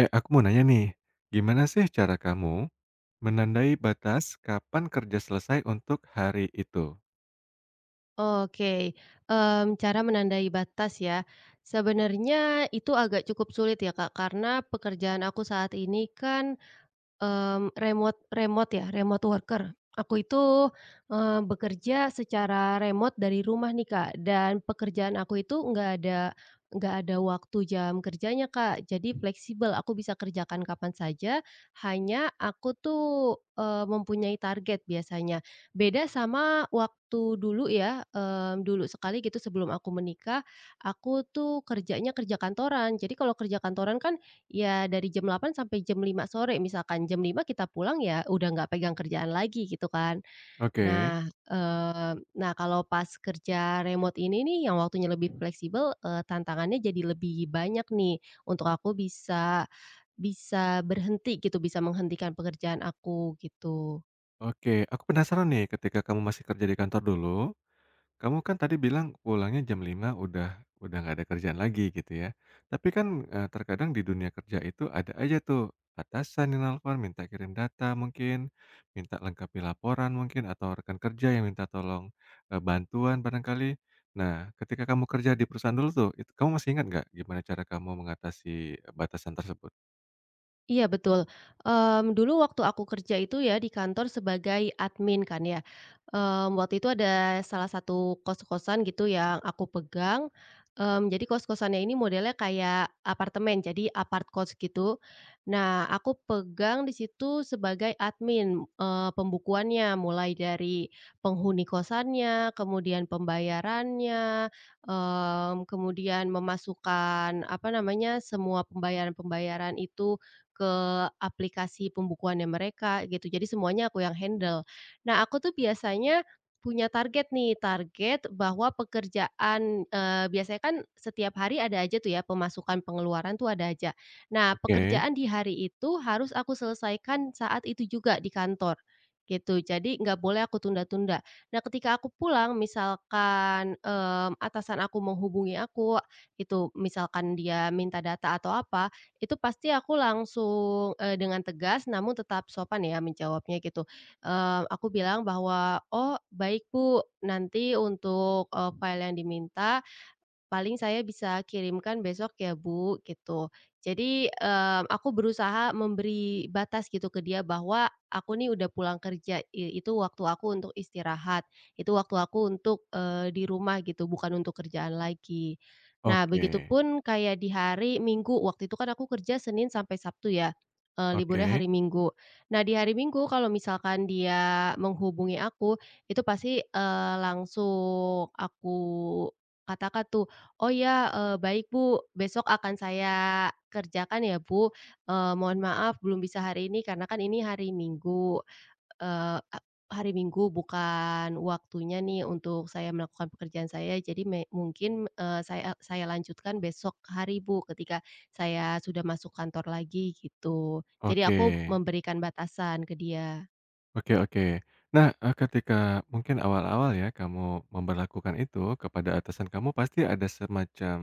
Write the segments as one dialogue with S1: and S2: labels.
S1: Eh, aku mau nanya nih, gimana sih cara kamu menandai batas kapan kerja selesai untuk hari itu?
S2: Oke, cara menandai batas ya. Sebenarnya itu agak cukup sulit ya Kak, karena pekerjaan aku saat ini kan, remote remote ya, remote worker. Aku itu, bekerja secara remote dari rumah nih, Kak, dan pekerjaan aku itu nggak ada waktu jam kerjanya, Kak, jadi fleksibel, aku bisa kerjakan kapan saja, hanya aku tuh, mempunyai target biasanya. Beda sama waktu dulu ya, dulu sekali gitu sebelum aku menikah, aku tuh kerjanya kerja kantoran. Jadi kalau kerja kantoran kan ya dari jam 8 sampai jam 5 sore misalkan, jam 5 kita pulang ya udah nggak pegang kerjaan lagi gitu kan.
S1: Oke,
S2: Nah, nah kalau pas kerja remote ini nih yang waktunya lebih fleksibel, tantangannya jadi lebih banyak nih untuk aku bisa bisa berhenti gitu, bisa menghentikan pekerjaan aku gitu.
S1: oke, aku penasaran nih ketika kamu masih kerja di kantor dulu. Kamu kan tadi bilang pulangnya jam 5 udah nggak ada kerjaan lagi gitu ya. Tapi kan, terkadang di dunia kerja itu ada aja tuh atasan yang nelpon, minta kirim data mungkin, minta lengkapi laporan mungkin, atau rekan kerja yang minta tolong, bantuan barangkali. Nah, ketika kamu kerja di perusahaan dulu tuh, itu kamu masih ingat nggak gimana cara kamu mengatasi batasan tersebut?
S2: Iya betul, dulu waktu aku kerja itu ya di kantor sebagai admin kan ya, waktu itu ada salah satu kos-kosan gitu yang aku pegang, jadi kos-kosannya ini modelnya kayak apartemen jadi apart kos gitu. Nah aku pegang di situ sebagai admin, pembukuannya mulai dari penghuni kosannya, kemudian pembayarannya, kemudian memasukkan apa namanya, semua pembayaran-pembayaran itu ke aplikasi pembukuannya mereka gitu, jadi semuanya aku yang handle. Nah, aku tuh biasanya punya target nih, target bahwa pekerjaan, biasanya kan setiap hari ada aja tuh ya pemasukan pengeluaran tuh ada aja. Nah,
S1: Oke,
S2: pekerjaan di hari itu harus aku selesaikan saat itu juga di kantor, gitu. Jadi nggak boleh aku tunda-tunda. Nah, ketika aku pulang misalkan, atasan aku menghubungi aku, itu misalkan dia minta data atau apa, itu pasti aku langsung, dengan tegas namun tetap sopan ya menjawabnya gitu, aku bilang bahwa, "Oh, baik Bu, nanti untuk, file yang diminta, paling saya bisa kirimkan besok ya Bu, gitu. Jadi, aku berusaha memberi batas gitu ke dia bahwa aku nih udah pulang kerja, itu waktu aku untuk istirahat, itu waktu aku untuk, di rumah gitu, bukan untuk kerjaan lagi. Nah,
S1: oke,
S2: begitupun kayak di hari Minggu, waktu itu kan aku kerja Senin sampai Sabtu ya, liburnya
S1: oke,
S2: hari Minggu. Nah, di hari Minggu kalau misalkan dia menghubungi aku, itu pasti, langsung aku katakan tuh "Oh ya, baik Bu, besok akan saya kerjakan ya Bu, mohon maaf belum bisa hari ini karena kan ini hari Minggu, eee, a hari Minggu bukan waktunya nih untuk saya melakukan pekerjaan saya jadi mungkin, saya lanjutkan besok hari Bu ketika saya sudah masuk kantor lagi," gitu. Jadi
S1: oke.
S2: aku memberikan batasan ke dia.
S1: Oke, oke. Nah, ketika mungkin awal-awal ya kamu memperlakukan itu kepada atasan kamu, pasti ada semacam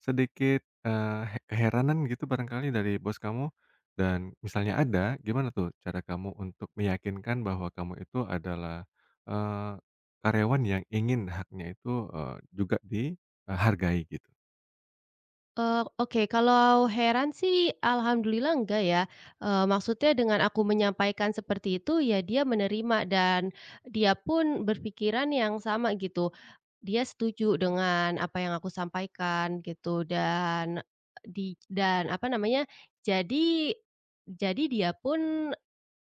S1: sedikit, eee, he keheranan gitu barangkali dari bos kamu dan misalnya ada, gimana tuh cara kamu untuk meyakinkan bahwa kamu itu adalah, eee, karyawan yang ingin haknya itu, juga dihargai gitu?
S2: Oke, kalau heran sih alhamdulillah enggak ya, maksudnya dengan aku menyampaikan seperti itu ya dia menerima dan dia pun berpikiran yang sama gitu. Dia setuju dengan apa yang aku sampaikan gitu dan dan apa namanya, jadi jadi dia pun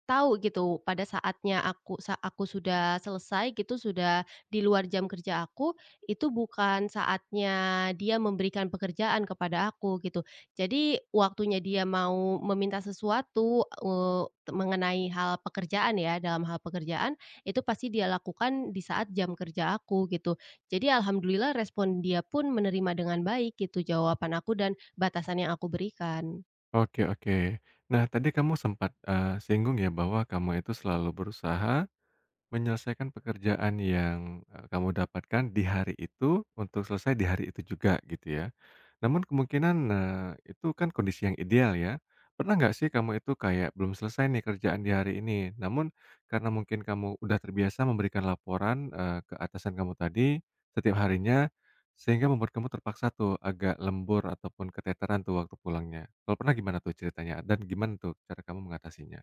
S2: tahu gitu pada saatnya aku sudah selesai gitu, sudah di luar jam kerja aku, itu bukan saatnya dia memberikan pekerjaan kepada aku gitu. Jadi waktunya dia mau meminta sesuatu, mengenai hal pekerjaan ya, dalam hal pekerjaan, itu pasti dia lakukan di saat jam kerja aku gitu. Jadi alhamdulillah respon dia pun menerima dengan baik gitu jawaban aku dan batasan yang aku berikan.
S1: Oke, oke. Nah, tadi kamu sempat, singgung ya bahwa kamu itu selalu berusaha menyelesaikan pekerjaan yang, kamu dapatkan di hari itu, untuk selesai di hari itu juga gitu ya. Namun kemungkinan, itu kan kondisi yang ideal ya. Pernah nggak sih kamu itu kayak belum selesai nih kerjaan di hari ini, namun karena mungkin kamu udah terbiasa memberikan laporan, ke atasan kamu tadi setiap harinya, sehingga membuat kamu terpaksa tuh agak lembur ataupun keteteran tuh waktu pulangnya. Kalau pernah gimana tuh ceritanya dan gimana tuh cara kamu mengatasinya?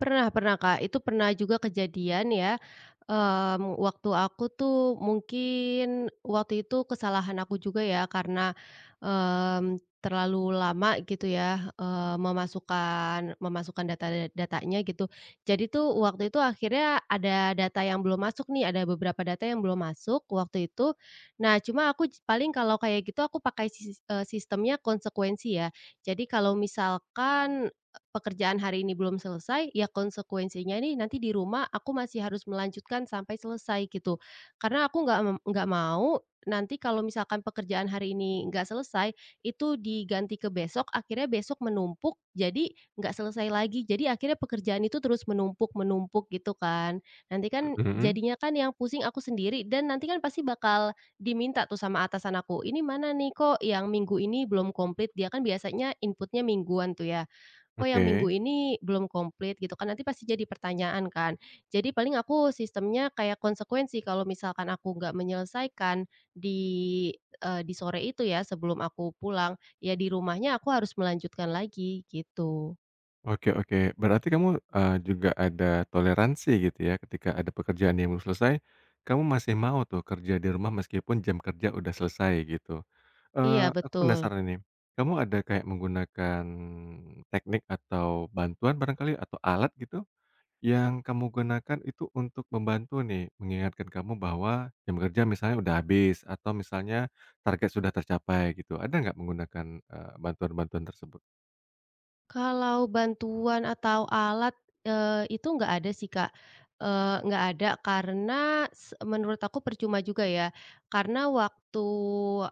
S2: Pernah pernah, Kak. Itu pernah juga kejadian ya, waktu aku tuh mungkin waktu itu kesalahan aku juga ya karena, mmm, terlalu lama gitu ya, memasukkan memasukkan data datanya gitu. Jadi tuh waktu itu akhirnya ada data yang belum masuk nih, ada beberapa data yang belum masuk waktu itu. Nah, cuma paling kalau kayak gitu aku pakai sistemnya konsekuensi ya. Jadi kalau misalkan, pekerjaan hari ini belum selesai, ya konsekuensinya nih nanti di rumah aku masih harus melanjutkan sampai selesai gitu. Karena aku nggak mau nanti kalau misalkan pekerjaan hari ini nggak selesai, itu diganti ke besok, akhirnya besok menumpuk, jadi nggak selesai lagi. Jadi akhirnya pekerjaan itu terus menumpuk-menumpuk gitu kan. Nanti kan
S1: Mhm,
S2: jadinya kan yang pusing aku sendiri dan nanti kan pasti bakal diminta tuh sama atasan aku, "Ini mana nih kok yang minggu ini belum komplit?" Dia kan biasanya inputnya mingguan tuh ya. Kok yang minggu
S1: oke.
S2: ini belum komplit gitu kan, nanti pasti jadi pertanyaan kan. Jadi paling aku sistemnya kayak konsekuensi kalau misalkan aku nggak menyelesaikan di, di sore itu ya sebelum aku pulang, ya di rumahnya aku harus melanjutkan lagi gitu.
S1: Oke, oke. Berarti kamu, juga ada toleransi gitu ya ketika ada pekerjaan yang belum selesai, kamu masih mau tuh kerja di rumah meskipun jam kerja udah selesai gitu.
S2: Iya
S1: Eee, aku
S2: betul.
S1: penasaran nih, kamu ada kayak menggunakan teknik atau bantuan barangkali atau alat gitu, yang kamu gunakan itu untuk membantu nih mengingatkan kamu bahwa jam kerja misalnya udah habis atau misalnya target sudah tercapai gitu, ada nggak menggunakan, bantuan-bantuan tersebut?
S2: Kalau bantuan atau alat, itu nggak ada sih, Kak, nggak ada karena menurut aku percuma juga ya. Karena waktu,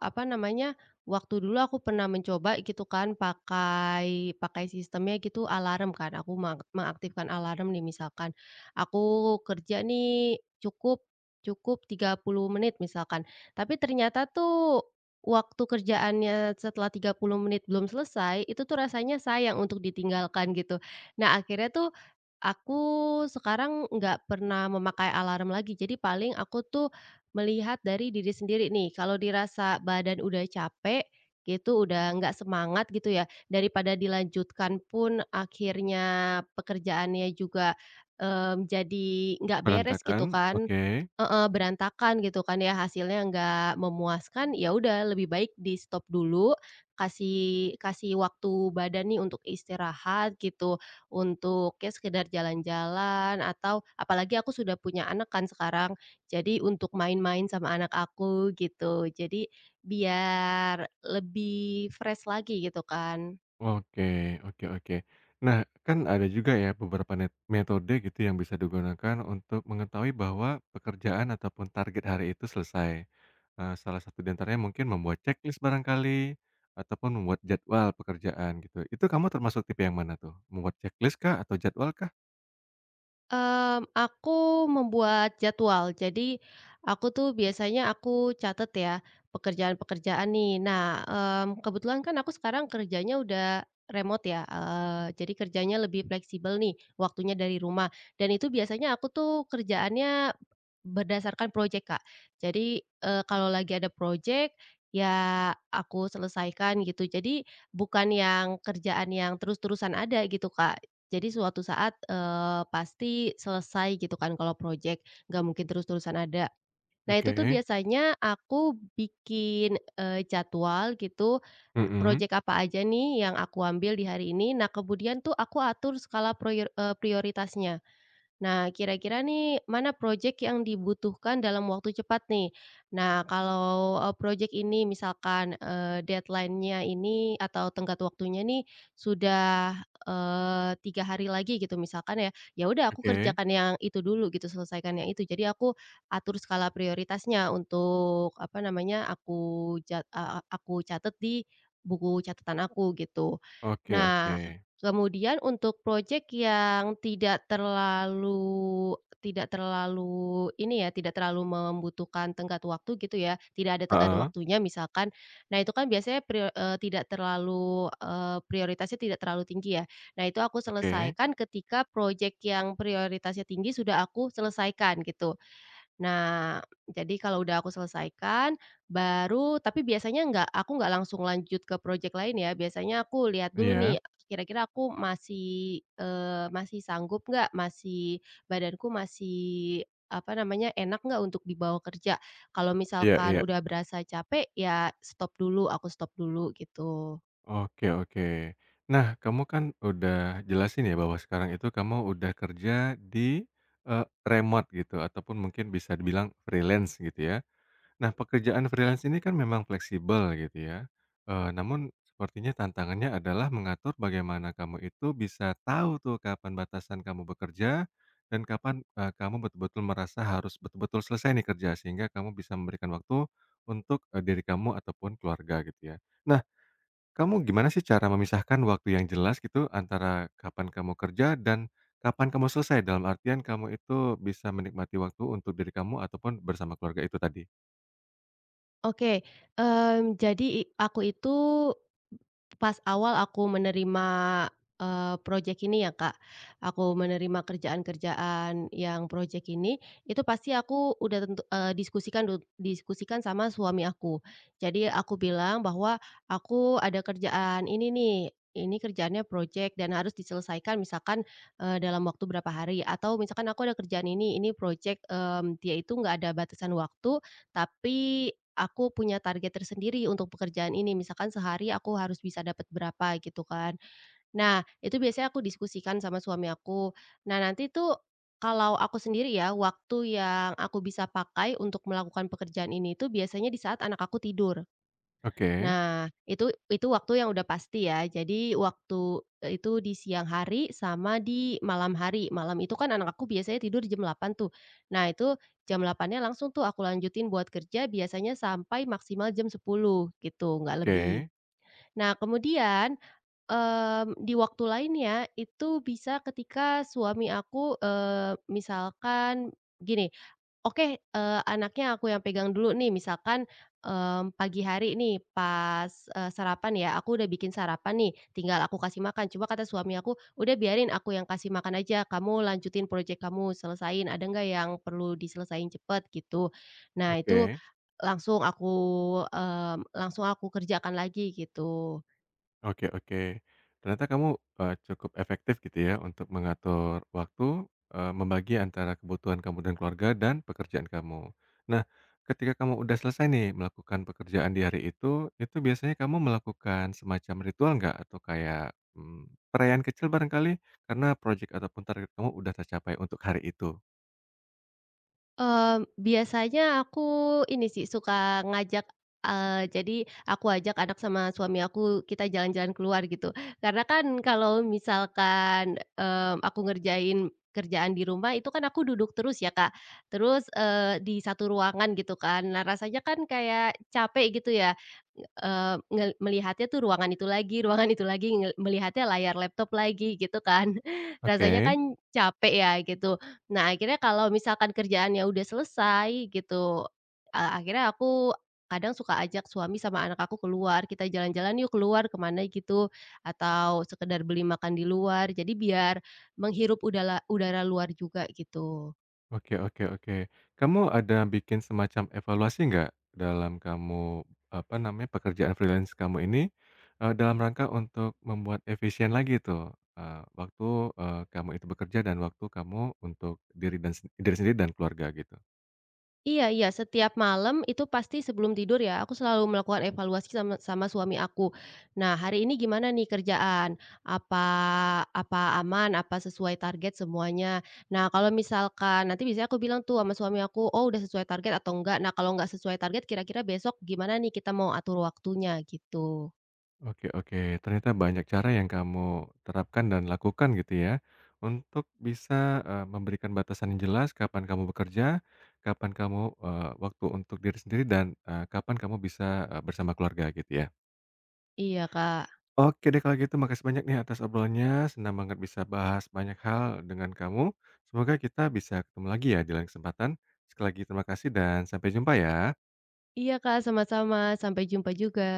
S2: apa namanya, waktu dulu aku pernah mencoba gitu kan pakai pakai sistemnya gitu alarm kan, aku mengaktifkan alarm nih misalkan, aku kerja nih cukup cukup 30 menit misalkan, tapi ternyata tuh waktu kerjaannya setelah 30 menit belum selesai, itu tuh rasanya sayang untuk ditinggalkan gitu. Nah, akhirnya tuh aku sekarang nggak pernah memakai alarm lagi. Jadi paling aku tuh melihat dari diri sendiri nih, kalau dirasa badan udah capek gitu, udah nggak semangat gitu ya, daripada dilanjutkan pun akhirnya pekerjaannya juga, jadi nggak beres gitu
S1: Berantakan,
S2: kan.
S1: oke.
S2: Heeh, berantakan gitu kan ya, hasilnya nggak memuaskan, ya udah lebih baik di-stop dulu, kasih kasih waktu badan nih untuk istirahat gitu, untuk ya sekedar jalan-jalan atau apalagi aku sudah punya anak kan sekarang, jadi untuk main-main sama anak aku gitu. Jadi biar lebih fresh lagi gitu kan.
S1: Oke, oke, oke. Nah, kan ada juga ya beberapa metode gitu yang bisa digunakan untuk mengetahui bahwa pekerjaan ataupun target hari itu selesai. Eee, salah satu di antaranya mungkin membuat checklist barangkali, ataupun membuat jadwal pekerjaan gitu. Itu kamu termasuk tipe yang mana tuh? Membuat checklist kah atau jadwal kah?
S2: Aku membuat jadwal. Jadi, aku tuh biasanya aku catat ya, pekerjaan-pekerjaan nih. Nah, kebetulan kan aku sekarang kerjanya udah remote ya, jadi kerjanya lebih fleksibel nih, waktunya dari rumah. Dan itu biasanya aku tuh kerjaannya berdasarkan projek, Kak. Jadi, kalau lagi ada projek, ya aku selesaikan gitu. Jadi bukan yang kerjaan yang terus-terusan ada gitu, Kak. Jadi suatu saat, pasti selesai gitu kan kalau projek, nggak mungkin terus-terusan ada. Nah itu tuh
S1: Oke,
S2: biasanya aku bikin, jadwal gitu,
S1: mhm,
S2: projek apa aja nih yang aku ambil di hari ini, nah kemudian tuh aku atur skala prioritasnya. Nah, kira-kira nih mana proyek yang dibutuhkan dalam waktu cepat nih? Nah, kalau, projek ini misalkan, deadline-nya ini atau tenggat waktunya nih sudah, 3 hari lagi gitu misalkan ya, ya udah aku
S1: oke,
S2: kerjakan yang itu dulu gitu, selesaikan yang itu. Jadi aku atur skala prioritasnya untuk apa namanya, aku jat a a aku catat di buku catatan aku gitu.
S1: oke, oke,
S2: Nah kemudian untuk proyek yang tidak terlalu ini ya, tidak terlalu membutuhkan tenggat waktu gitu ya, tidak ada tenggat
S1: heeh,
S2: waktunya misalkan. Nah itu kan biasanya tidak terlalu, prioritasnya tidak terlalu tinggi ya. Nah itu aku
S1: oke,
S2: selesaikan ketika proyek yang prioritasnya tinggi sudah aku selesaikan gitu. Nah, jadi kalau udah aku selesaikan, baru tapi biasanya nggak langsung lanjut ke project lain ya, biasanya aku lihat dulu nih,
S1: iya,
S2: kira-kira aku masih, sanggup nggak, badanku masih, apa namanya, enak nggak untuk dibawa kerja. Kalau
S1: iya,
S2: misalkan
S1: iya.
S2: udah berasa capek, ya stop dulu, aku stop dulu, gitu.
S1: Oke, oke. Nah, kamu kan udah jelasin ya bahwa sekarang itu kamu udah kerja di, remote gitu ataupun mungkin bisa dibilang freelance gitu ya. Nah, pekerjaan freelance ini kan memang fleksibel gitu ya, namun sepertinya tantangannya adalah mengatur bagaimana kamu itu bisa tahu tuh kapan batasan kamu bekerja dan kapan, kamu betul-betul merasa harus betul-betul selesai nih kerja sehingga kamu bisa memberikan waktu untuk, diri kamu ataupun keluarga gitu ya. Nah, kamu gimana sih cara memisahkan waktu yang jelas gitu antara kapan kamu kerja dan kapan kamu selesai? Dalam artian kamu itu bisa menikmati waktu untuk diri kamu ataupun bersama keluarga itu tadi.
S2: Oke, jadi aku itu pas awal aku menerima, project ini ya, Kak, aku menerima kerjaan-kerjaan yang project ini, itu pasti aku udah tentu diskusikan sama suami aku. Jadi aku bilang bahwa, "Aku ada kerjaan ini nih, ini kerjaannya project dan harus diselesaikan misalkan, dalam waktu berapa hari," atau misalkan, "Aku ada kerjaan ini project," dia itu nggak ada batasan waktu, tapi aku punya target tersendiri untuk pekerjaan ini, misalkan sehari aku harus bisa dapat berapa gitu kan. Nah, itu biasanya aku diskusikan sama suami aku. Nah, nanti tuh kalau aku sendiri ya, waktu yang aku bisa pakai untuk melakukan pekerjaan ini itu biasanya di saat anak aku tidur.
S1: Oke,
S2: Nah, itu waktu yang udah pasti ya. Jadi waktu, itu di siang hari sama di malam hari. Malam itu kan anak aku biasanya tidur jam 8 tuh. Nah, itu jam 8-nya langsung tuh aku lanjutin buat kerja biasanya sampai maksimal jam 10 gitu, nggak lebih.
S1: oke,
S2: Nah, kemudian di waktu lainnya, itu bisa ketika suami aku, misalkan gini, oke, anaknya aku yang pegang dulu nih misalkan, pagi hari nih pas, sarapan ya, aku udah bikin sarapan nih, tinggal aku kasih makan. Cuma kata suami aku, "Udah biarin aku yang kasih makan aja, kamu lanjutin proyek kamu, selesain, ada nggak yang perlu diselesain cepet?" Gitu. Nah itu
S1: oke.
S2: langsung aku, langsung aku kerjakan lagi gitu.
S1: Oke, oke. Ternyata kamu, cukup efektif gitu ya untuk mengatur waktu, membagi antara kebutuhan kamu dan keluarga dan pekerjaan kamu. Nah, ketika kamu udah selesai nih melakukan pekerjaan di hari itu biasanya kamu melakukan semacam ritual nggak? Atau kayak, mmm, perayaan kecil barangkali karena project ataupun target kamu udah tercapai untuk hari itu?
S2: Biasanya aku ini sih, suka ngajak, jadi aku ajak anak sama suami aku, kita jalan-jalan keluar gitu. Karena kan kalau misalkan, aku ngerjain kerjaan di rumah itu kan aku duduk terus ya, Kak. Terus, di satu ruangan gitu kan. Nah, rasanya kan kayak capek gitu ya, ngel melihatnya tuh ruangan itu lagi ruangan itu lagi, ngel melihatnya layar laptop lagi gitu kan. Rasanya
S1: Oke.
S2: kan capek ya gitu. Nah, akhirnya kalau misalkan kerjaannya udah selesai gitu, akhirnya aku kadang suka ajak suami sama anak aku keluar, "Kita jalan-jalan yuk keluar kemana gitu, atau sekedar beli makan di luar. Jadi biar menghirup udara udara luar juga gitu.
S1: Oke, oke, oke. Kamu ada bikin semacam evaluasi nggak dalam kamu, apa namanya, pekerjaan freelance kamu ini, dalam rangka untuk membuat efisien lagi tuh, waktu, kamu itu bekerja dan waktu kamu untuk diri dan diri sendiri dan keluarga gitu?
S2: Iya iya, setiap malam itu pasti sebelum tidur ya, aku selalu melakukan evaluasi sama sama suami aku. Nah, hari ini gimana nih kerjaan? Apa Apa aman? Apa sesuai target semuanya? Nah, kalau misalkan nanti biasanya aku bilang tuh sama suami aku, "Oh, udah sesuai target atau enggak?" Nah, kalau enggak sesuai target kira-kira besok gimana nih kita mau atur waktunya gitu.
S1: Oke, oke, ternyata banyak cara yang kamu terapkan dan lakukan gitu ya, untuk bisa, memberikan batasan yang jelas kapan kamu bekerja, kapan kamu, waktu untuk diri sendiri dan, kapan kamu bisa, bersama keluarga gitu ya.
S2: Iya, Kak.
S1: Oke deh kalau gitu makasih banyak nih atas obrolannya, senang banget bisa bahas banyak hal dengan kamu, semoga kita bisa ketemu lagi ya di lain kesempatan. Sekali lagi terima kasih dan sampai jumpa ya.
S2: Iya, Kak, sama-sama. Sampai jumpa juga.